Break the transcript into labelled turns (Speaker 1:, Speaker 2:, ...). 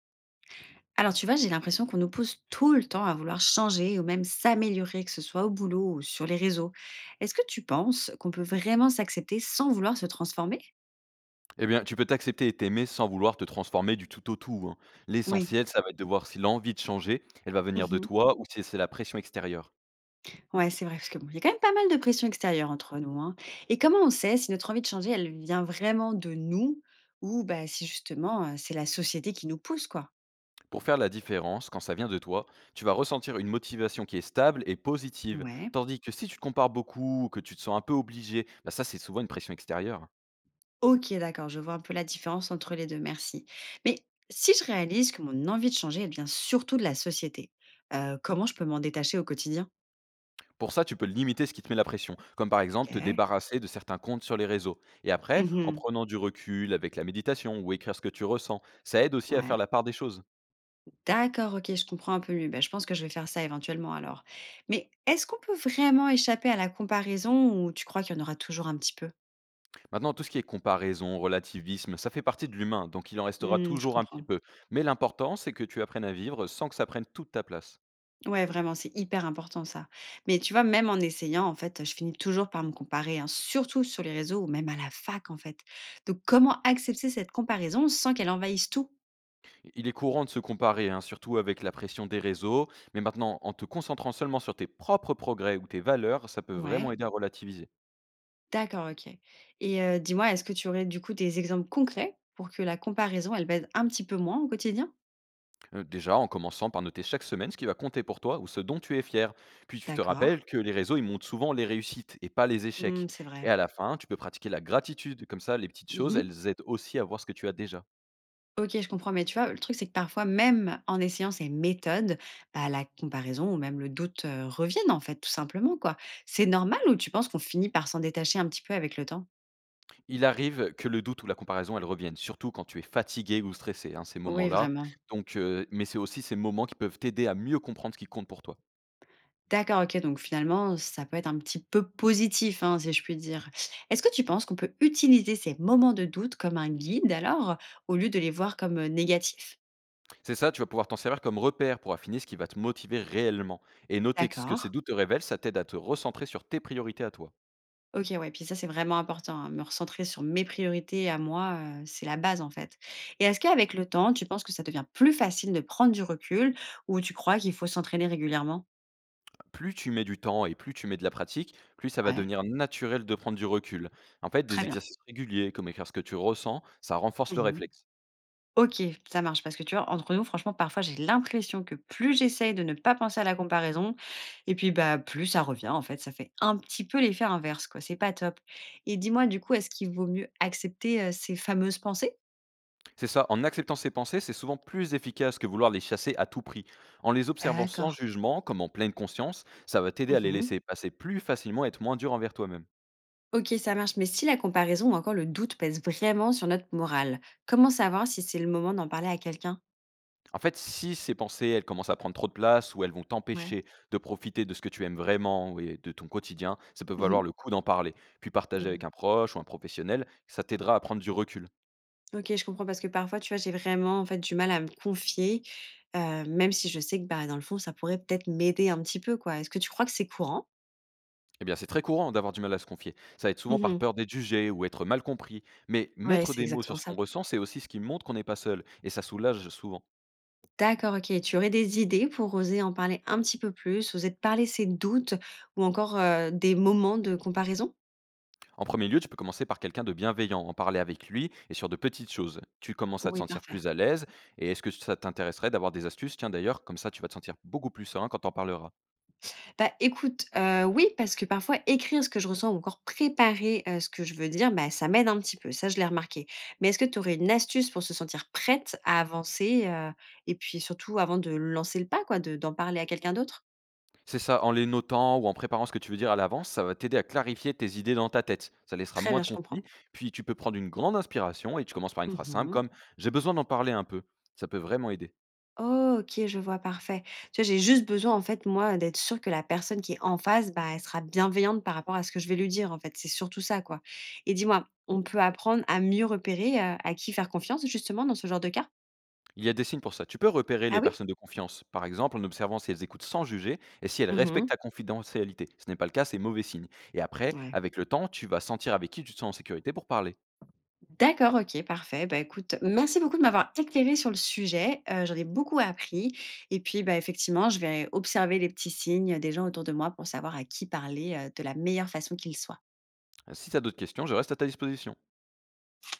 Speaker 1: Alors tu vois, j'ai l'impression qu'on nous pousse tout le temps à vouloir changer ou même s'améliorer, que ce soit au boulot ou sur les réseaux. Est-ce que tu penses qu'on peut vraiment s'accepter sans vouloir se transformer?
Speaker 2: Eh bien, tu peux t'accepter et t'aimer sans vouloir te transformer du tout au tout, hein.
Speaker 1: Oui.
Speaker 2: L'essentiel, ça va être de voir si l'envie de changer, elle va venir de
Speaker 1: Mhm.
Speaker 2: toi ou si c'est la pression extérieure.
Speaker 1: Ouais, c'est vrai, parce que bon, il y a quand même pas mal de pression extérieure entre nous, hein. Et comment on sait si notre envie de changer, elle vient vraiment de nous ou bah, si justement c'est la société qui nous pousse, quoi?
Speaker 2: Pour faire la différence, quand ça vient de toi, tu vas ressentir une motivation qui est stable et positive.
Speaker 1: Ouais.
Speaker 2: Tandis que si tu te compares beaucoup ou que tu te sens un peu obligé, bah ça, c'est souvent une pression extérieure.
Speaker 1: OK, d'accord, je vois un peu la différence entre les deux, merci. Mais si je réalise que mon envie de changer, elle vient surtout de la société, comment je peux m'en détacher au quotidien?
Speaker 2: Pour ça, tu peux limiter ce qui te met la pression, comme par exemple te
Speaker 1: OK.
Speaker 2: débarrasser de certains comptes sur les réseaux. Et après, en
Speaker 1: Mmh.
Speaker 2: prenant du recul avec la méditation ou écrire ce que tu ressens, ça aide aussi à faire
Speaker 1: Ouais.
Speaker 2: la part des choses.
Speaker 1: D'accord, OK, je comprends un peu mieux. Ben, je pense que je vais faire ça éventuellement alors. Mais est-ce qu'on peut vraiment échapper à la comparaison ou tu crois qu'il y en aura toujours un petit peu?
Speaker 2: Maintenant, tout ce qui est comparaison, relativisme, ça fait partie de l'humain, donc il en restera
Speaker 1: Mmh, je
Speaker 2: toujours un petit
Speaker 1: comprends.
Speaker 2: peu. Mais l'important, c'est que tu apprennes à vivre sans que ça prenne toute ta place.
Speaker 1: Ouais, vraiment, c'est hyper important ça. Mais tu vois, même en essayant, en fait, je finis toujours par me comparer, hein, surtout sur les réseaux ou même à la fac, en fait. Donc, comment accepter cette comparaison sans qu'elle envahisse tout?
Speaker 2: Il est courant de se comparer, hein, surtout avec la pression des réseaux, mais maintenant, en te concentrant seulement sur tes propres progrès ou tes valeurs, ça peut vraiment
Speaker 1: Ouais,
Speaker 2: aider à relativiser.
Speaker 1: d'accord, ok. Et dis-moi, est-ce que tu aurais du coup des exemples concrets pour que la comparaison, elle baisse un petit peu moins au quotidien?
Speaker 2: Déjà, en commençant par noter chaque semaine ce qui va compter pour toi ou ce dont tu es fier. Puis tu te
Speaker 1: D'accord.
Speaker 2: rappelles que les réseaux, ils montrent souvent les réussites et pas les
Speaker 1: Hmm,
Speaker 2: échecs.
Speaker 1: c'est vrai.
Speaker 2: Et à la fin, tu peux pratiquer la gratitude, comme ça, les petites choses, elles aident aussi à voir ce que tu as déjà.
Speaker 1: OK, je comprends, mais tu vois, le truc, c'est que parfois, même en essayant ces méthodes, bah, la comparaison ou même le doute, reviennent, en fait, tout simplement, quoi. C'est normal ou tu penses qu'on finit par s'en détacher un petit peu avec le temps?
Speaker 2: Il arrive que le doute ou la comparaison, elle revienne, surtout quand tu es fatigué ou stressé, hein, ces
Speaker 1: Oui,
Speaker 2: moments-là.
Speaker 1: vraiment.
Speaker 2: Donc, mais c'est aussi ces moments qui peuvent t'aider à mieux comprendre ce qui compte pour toi.
Speaker 1: D'accord, OK, donc finalement, ça peut être un petit peu positif, hein, si je puis dire. Est-ce que tu penses qu'on peut utiliser ces moments de doute comme un guide alors, au lieu de les voir comme, négatifs?
Speaker 2: C'est ça, tu vas pouvoir t'en servir comme repère pour affiner ce qui va te motiver réellement et noter que ce que
Speaker 1: D'accord.
Speaker 2: ces doutes te révèlent, ça t'aide à te recentrer sur tes priorités à toi.
Speaker 1: OK, ouais, puis ça, c'est vraiment important, hein. Me recentrer sur mes priorités à moi, c'est la base, en fait. Et est-ce qu'avec le temps, tu penses que ça devient plus facile de prendre du recul ou tu crois qu'il faut s'entraîner régulièrement?
Speaker 2: Plus tu mets du temps et plus tu mets de la pratique, plus ça va
Speaker 1: Ouais,
Speaker 2: devenir naturel de prendre du recul. En fait,
Speaker 1: très
Speaker 2: des
Speaker 1: bien.
Speaker 2: exercices réguliers, comme écrire ce que tu ressens, ça renforce le
Speaker 1: Mmh.
Speaker 2: réflexe.
Speaker 1: OK, ça marche, parce que tu vois, entre nous, franchement, parfois, j'ai l'impression que plus j'essaye de ne pas penser à la comparaison et puis, bah, plus ça revient, en fait. Ça fait un petit peu l'effet inverse, quoi, c'est pas top. Et dis-moi, du coup, est-ce qu'il vaut mieux accepter, ces fameuses pensées?
Speaker 2: C'est ça, en acceptant ses pensées, c'est souvent plus efficace que vouloir les chasser à tout prix. En les observant sans
Speaker 1: D'accord.
Speaker 2: jugement, comme en pleine conscience, ça va t'aider à les
Speaker 1: Mmh.
Speaker 2: laisser passer plus facilement et être moins dur envers toi-même.
Speaker 1: Ok, ça marche, mais si la comparaison ou encore le doute pèse vraiment sur notre morale, comment savoir si c'est le moment d'en parler à quelqu'un?
Speaker 2: En fait, si ces pensées, elles commencent à prendre trop de place ou elles vont
Speaker 1: Ouais.
Speaker 2: t'empêcher de profiter de ce que tu aimes vraiment et de ton quotidien, ça peut valoir
Speaker 1: Mhm.
Speaker 2: le coup d'en parler. Puis partager
Speaker 1: Mm.
Speaker 2: avec un proche ou un professionnel, ça t'aidera à prendre du recul.
Speaker 1: Ok, je comprends, parce que parfois, tu vois, j'ai vraiment en fait du mal à me confier, même si je sais que bah, dans le fond, ça pourrait peut-être m'aider un petit peu, quoi. Est-ce que tu crois que c'est courant?
Speaker 2: Eh bien, c'est très courant d'avoir du mal à se confier. Ça va être souvent par
Speaker 1: Mhm.
Speaker 2: peur d'être jugé ou être mal compris. Mais
Speaker 1: Ouais,
Speaker 2: mettre
Speaker 1: c'est
Speaker 2: des mots
Speaker 1: exactement
Speaker 2: sur ce
Speaker 1: ça.
Speaker 2: qu'on ressent, c'est aussi ce qui montre qu'on n'est pas seul. Et ça soulage souvent.
Speaker 1: D'accord, ok. Et tu aurais des idées pour oser en parler un petit peu plus, oser de parler ses doutes ou encore des moments de comparaison?
Speaker 2: En premier lieu, tu peux commencer par quelqu'un de bienveillant, en parler avec lui et sur de petites choses. Tu commences à te
Speaker 1: Oui,
Speaker 2: sentir
Speaker 1: parfait.
Speaker 2: plus à l'aise, et est-ce que ça t'intéresserait d'avoir des astuces? Tiens d'ailleurs, comme ça tu vas te sentir beaucoup plus serein quand t'en parleras.
Speaker 1: Bah, écoute, oui, parce que parfois écrire ce que je ressens ou encore préparer, ce que je veux dire, bah, ça m'aide un petit peu, ça je l'ai remarqué. Mais est-ce que tu aurais une astuce pour se sentir prête à avancer, et puis surtout avant de lancer le pas quoi, de d'en parler à quelqu'un d'autre?
Speaker 2: C'est ça, en les notant ou en préparant ce que tu veux dire à l'avance, ça va t'aider à clarifier tes idées dans ta tête. Ça laissera
Speaker 1: Très
Speaker 2: moins
Speaker 1: bien,
Speaker 2: de
Speaker 1: je
Speaker 2: conflits,
Speaker 1: comprends.
Speaker 2: puis tu peux prendre une grande inspiration et tu commences par une
Speaker 1: Mmh
Speaker 2: phrase simple
Speaker 1: mh.
Speaker 2: comme «J'ai besoin d'en parler un peu». Ça peut vraiment aider.
Speaker 1: OK, je vois, parfait. Tu vois, j'ai juste besoin en fait moi d'être sûre que la personne qui est en face, bah, elle sera bienveillante par rapport à ce que je vais lui dire, en fait, c'est surtout ça quoi. Et dis-moi, on peut apprendre à mieux repérer, à qui faire confiance justement dans ce genre de cas?
Speaker 2: Il y a des signes pour ça. Tu peux repérer
Speaker 1: Ah
Speaker 2: les
Speaker 1: oui?
Speaker 2: personnes de confiance, par exemple en observant si elles écoutent sans juger et si elles respectent
Speaker 1: Mmh.
Speaker 2: ta confidentialité. Ce n'est pas le cas, c'est mauvais signe. Et après,
Speaker 1: Ouais.
Speaker 2: avec le temps, tu vas sentir avec qui tu te sens en sécurité pour parler.
Speaker 1: D'accord, OK, parfait. Bah, écoute, merci beaucoup de m'avoir éclairé sur le sujet, j'en ai beaucoup appris et puis, bah, effectivement, je vais observer les petits signes des gens autour de moi pour savoir à qui parler, de la meilleure façon qu'ils soient.
Speaker 2: Si tu as d'autres questions, je reste à ta disposition.